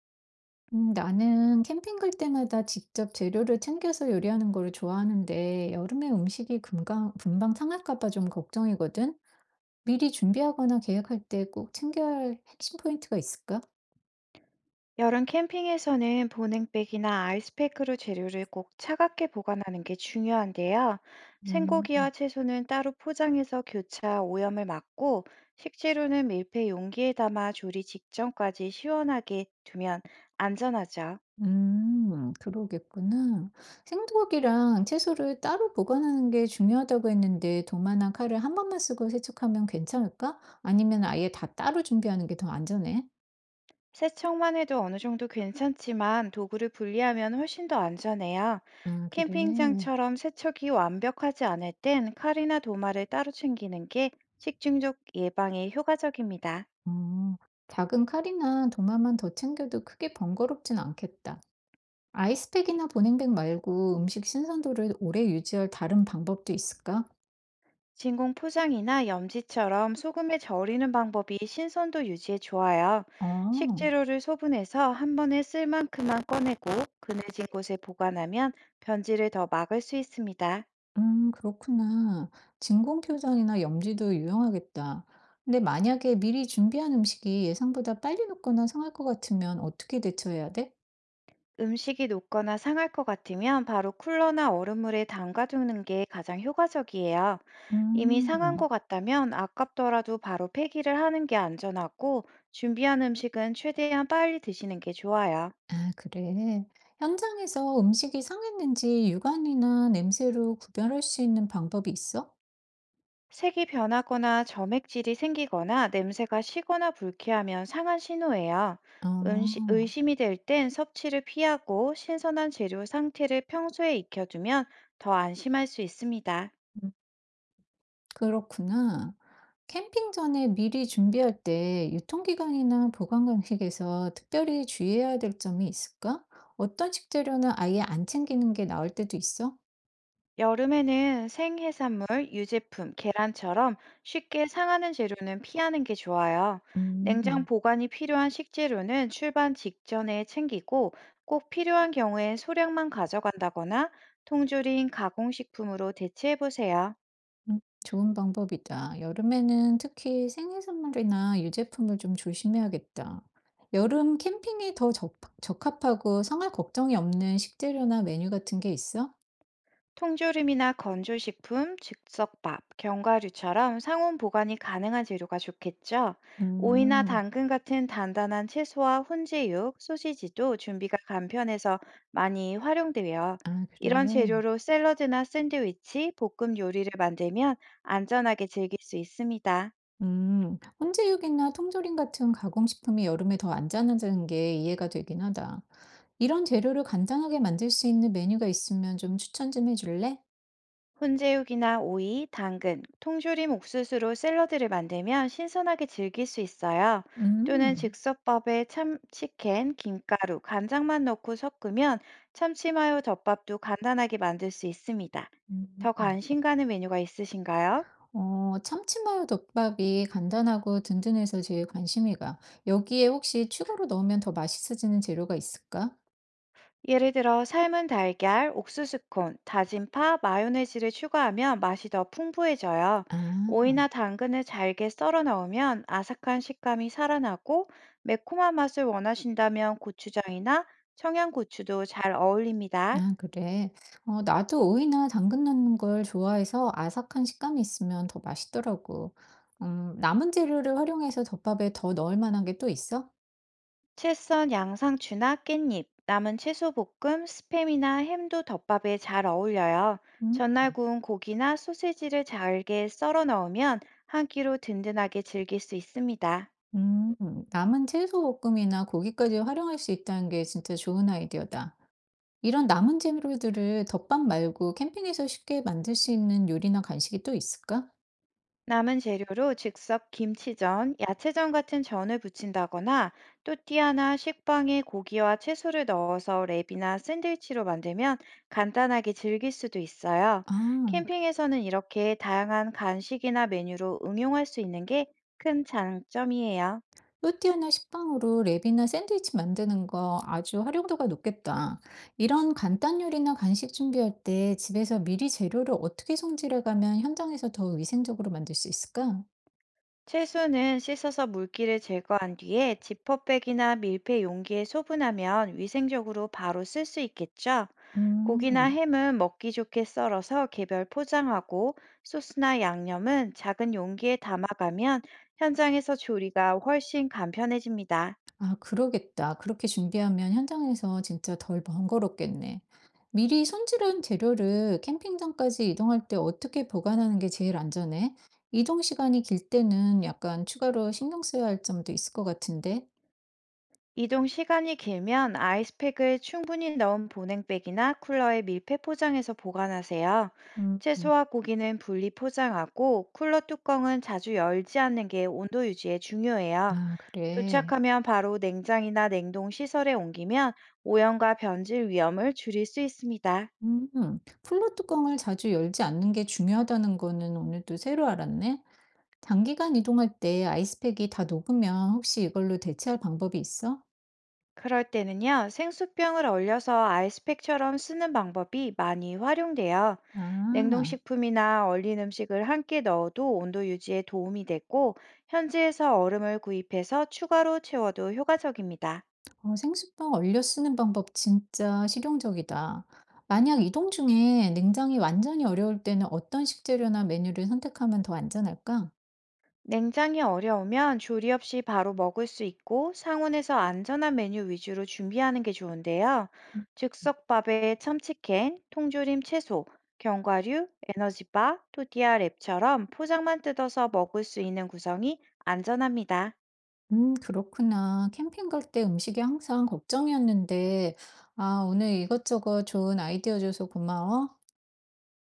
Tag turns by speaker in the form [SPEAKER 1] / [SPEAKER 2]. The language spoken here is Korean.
[SPEAKER 1] 나는 캠핑 갈 때마다 직접 재료를 챙겨서 요리하는 거를 좋아하는데 여름에 음식이 금방 상할까 봐 좀 걱정이거든. 미리 준비하거나 계획할 때 꼭 챙겨야 할 핵심 포인트가 있을까?
[SPEAKER 2] 여름 캠핑에서는 보냉백이나 아이스팩으로 재료를 꼭 차갑게 보관하는 게 중요한데요.
[SPEAKER 1] 음,
[SPEAKER 2] 생고기와 채소는 따로 포장해서 교차 오염을 막고, 식재료는 밀폐 용기에 담아 조리 직전까지 시원하게 두면 안전하죠.
[SPEAKER 1] 그러겠구나. 생고기랑 채소를 따로 보관하는 게 중요하다고 했는데 도마나 칼을 한 번만 쓰고 세척하면 괜찮을까? 아니면 아예 다 따로 준비하는 게 더 안전해?
[SPEAKER 2] 세척만 해도 어느 정도 괜찮지만 도구를 분리하면 훨씬 더 안전해요.
[SPEAKER 1] 아, 그래.
[SPEAKER 2] 캠핑장처럼 세척이 완벽하지 않을 땐 칼이나 도마를 따로 챙기는 게 식중독 예방에 효과적입니다.
[SPEAKER 1] 어, 작은 칼이나 도마만 더 챙겨도 크게 번거롭진 않겠다. 아이스팩이나 보냉백 말고 음식 신선도를 오래 유지할 다른 방법도 있을까?
[SPEAKER 2] 진공 포장이나 염지처럼 소금에 절이는 방법이 신선도 유지에 좋아요.
[SPEAKER 1] 어,
[SPEAKER 2] 식재료를 소분해서 한 번에 쓸 만큼만 꺼내고 그늘진 곳에 보관하면 변질을 더 막을 수 있습니다.
[SPEAKER 1] 그렇구나. 진공표정이나 염지도 유용하겠다. 근데 만약에 미리 준비한 음식이 예상보다 빨리 녹거나 상할 것 같으면 어떻게 대처해야 돼?
[SPEAKER 2] 음식이 녹거나 상할 것 같으면 바로 쿨러나 얼음물에 담가두는 게 가장 효과적이에요. 이미 상한 것
[SPEAKER 1] 음,
[SPEAKER 2] 같다면 아깝더라도 바로 폐기를 하는 게 안전하고 준비한 음식은 최대한 빨리 드시는 게 좋아요.
[SPEAKER 1] 아, 그래. 현장에서 음식이 상했는지 육안이나 냄새로 구별할 수 있는 방법이 있어?
[SPEAKER 2] 색이 변하거나 점액질이 생기거나 냄새가 시거나 불쾌하면 상한 신호예요.
[SPEAKER 1] 아.
[SPEAKER 2] 의심이 될 땐 섭취를 피하고 신선한 재료 상태를 평소에 익혀두면 더 안심할 수 있습니다.
[SPEAKER 1] 음 그렇구나. 캠핑 전에 미리 준비할 때 유통기간이나 보관 방식에서 특별히 주의해야 될 점이 있을까? 어떤 식재료는 아예 안 챙기는 게 나을 때도 있어?
[SPEAKER 2] 여름에는 생해산물, 유제품, 계란처럼 쉽게 상하는 재료는 피하는 게 좋아요. 냉장
[SPEAKER 1] 음.
[SPEAKER 2] 보관이 필요한 식재료는 출발 직전에 챙기고 꼭 필요한 경우엔 소량만 가져간다거나 통조림, 가공식품으로 대체해 보세요.
[SPEAKER 1] 좋은 방법이다. 여름에는 특히 생일 선물이나 유제품을 좀 조심해야겠다. 여름 캠핑에 더 적 적합하고 성할 걱정이 없는 식재료나 메뉴 같은 게 있어?
[SPEAKER 2] 통조림이나 건조식품, 즉석밥, 견과류처럼 상온 보관이 가능한 재료가 좋겠죠. 오이나
[SPEAKER 1] 음.
[SPEAKER 2] 당근 같은 단단한 채소와 훈제육, 소시지도 준비가 간편해서 많이 활용돼요.
[SPEAKER 1] 아
[SPEAKER 2] 이런
[SPEAKER 1] 그래.
[SPEAKER 2] 재료로 샐러드나 샌드위치, 볶음 요리를 만들면 안전하게 즐길 수 있습니다.
[SPEAKER 1] 음. 혼제육이나 통조림 같은 가공식품이 여름에 더 안전하다는 게 이해가 되긴 하다. 이런 재료를 간단하게 만들 수 있는 메뉴가 있으면 좀 추천 해줄래?
[SPEAKER 2] 혼제육이나 오이, 당근, 통조림 옥수수로 샐러드를 만들면 신선하게 즐길 수 있어요. 또는
[SPEAKER 1] 음.
[SPEAKER 2] 즉석밥에 참치캔, 김가루, 간장만 넣고 섞으면 참치마요 덮밥도 간단하게 만들 수 있습니다. 더
[SPEAKER 1] 음.
[SPEAKER 2] 관심 가는 메뉴가 있으신가요?
[SPEAKER 1] 어, 참치마요 덮밥이 간단하고 든든해서 제일 관심이 가. 여기에 혹시 추가로 넣으면 더 맛있어지는 재료가 있을까?
[SPEAKER 2] 예를 들어 삶은 달걀, 옥수수콘, 다진 파, 마요네즈를 추가하면 맛이 더 풍부해져요.
[SPEAKER 1] 아.
[SPEAKER 2] 오이나 당근을 잘게 썰어 넣으면 아삭한 식감이 살아나고 매콤한 맛을 원하신다면 고추장이나 청양고추도 잘 어울립니다.
[SPEAKER 1] 아 그래. 어 나도 오이나 당근 넣는 걸 좋아해서 아삭한 식감이 있으면 더 맛있더라고. 남은 재료를 활용해서 덮밥에 더 넣을 만한 게 또 있어?
[SPEAKER 2] 채썬 양상추나 깻잎, 남은 채소볶음, 스팸이나 햄도 덮밥에 잘 어울려요.
[SPEAKER 1] 음.
[SPEAKER 2] 전날 구운 고기나 소세지를 잘게 썰어 넣으면 한 끼로 든든하게 즐길 수 있습니다.
[SPEAKER 1] 음, 남은 채소 볶음이나 고기까지 활용할 수 있다는 게 진짜 좋은 아이디어다. 이런 남은 재료들을 덮밥 말고 캠핑에서 쉽게 만들 수 있는 요리나 간식이 또 있을까?
[SPEAKER 2] 남은 재료로 즉석 김치전, 야채전 같은 전을 부친다거나 또띠아나 식빵에 고기와 채소를 넣어서 랩이나 샌드위치로 만들면 간단하게 즐길 수도 있어요.
[SPEAKER 1] 아.
[SPEAKER 2] 캠핑에서는 이렇게 다양한 간식이나 메뉴로 응용할 수 있는 게 큰 장점이에요.
[SPEAKER 1] 또띠아나 식빵으로 랩이나 샌드위치 만드는 거 아주 활용도가 높겠다. 이런 간단 요리나 간식 준비할 때 집에서 미리 재료를 어떻게 손질해 가면 현장에서 더 위생적으로 만들 수 있을까?
[SPEAKER 2] 채소는 씻어서 물기를 제거한 뒤에 지퍼백이나 밀폐 용기에 소분하면 위생적으로 바로 쓸 수 있겠죠. 고기나
[SPEAKER 1] 음,
[SPEAKER 2] 햄은 먹기 좋게 썰어서 개별 포장하고 소스나 양념은 작은 용기에 담아가면 현장에서 조리가 훨씬 간편해집니다.
[SPEAKER 1] 아, 그러겠다. 그렇게 준비하면 현장에서 진짜 덜 번거롭겠네. 미리 손질한 재료를 캠핑장까지 이동할 때 어떻게 보관하는 게 제일 안전해? 이동 시간이 길 때는 약간 추가로 신경 써야 할 점도 있을 것 같은데.
[SPEAKER 2] 이동 시간이 길면 아이스팩을 충분히 넣은 보냉백이나 쿨러에 밀폐 포장해서 보관하세요.
[SPEAKER 1] 음. 음.
[SPEAKER 2] 채소와 고기는 분리 포장하고 쿨러 뚜껑은 자주 열지 않는 게 온도 유지에 중요해요.
[SPEAKER 1] 아 그래.
[SPEAKER 2] 도착하면 바로 냉장이나 냉동 시설에 옮기면 오염과 변질 위험을 줄일 수 있습니다.
[SPEAKER 1] 음. 플로 뚜껑을 자주 열지 않는 게 중요하다는 거는 오늘 또 새로 알았네. 장기간 이동할 때 아이스팩이 다 녹으면 혹시 이걸로 대체할 방법이 있어?
[SPEAKER 2] 그럴 때는요, 생수병을 얼려서 아이스팩처럼 쓰는 방법이 많이 활용돼요.
[SPEAKER 1] 아,
[SPEAKER 2] 냉동식품이나 얼린 음식을 한 끼 넣어도 온도 유지에 도움이 되고, 현지에서 얼음을 구입해서 추가로 채워도 효과적입니다.
[SPEAKER 1] 어, 생수병 얼려 쓰는 방법 진짜 실용적이다. 만약 이동 중에 냉장이 완전히 어려울 때는 어떤 식재료나 메뉴를 선택하면 더 안전할까?
[SPEAKER 2] 냉장이 어려우면 조리 없이 바로 먹을 수 있고 상온에서 안전한 메뉴 위주로 준비하는 게 좋은데요.
[SPEAKER 1] 음.
[SPEAKER 2] 즉석밥에 참치캔, 통조림 채소, 견과류, 에너지바, 토디아 랩처럼 포장만 뜯어서 먹을 수 있는 구성이 안전합니다.
[SPEAKER 1] 그렇구나. 캠핑 갈 때 음식이 항상 걱정이었는데, 아, 오늘 이것저것 좋은 아이디어 줘서 고마워.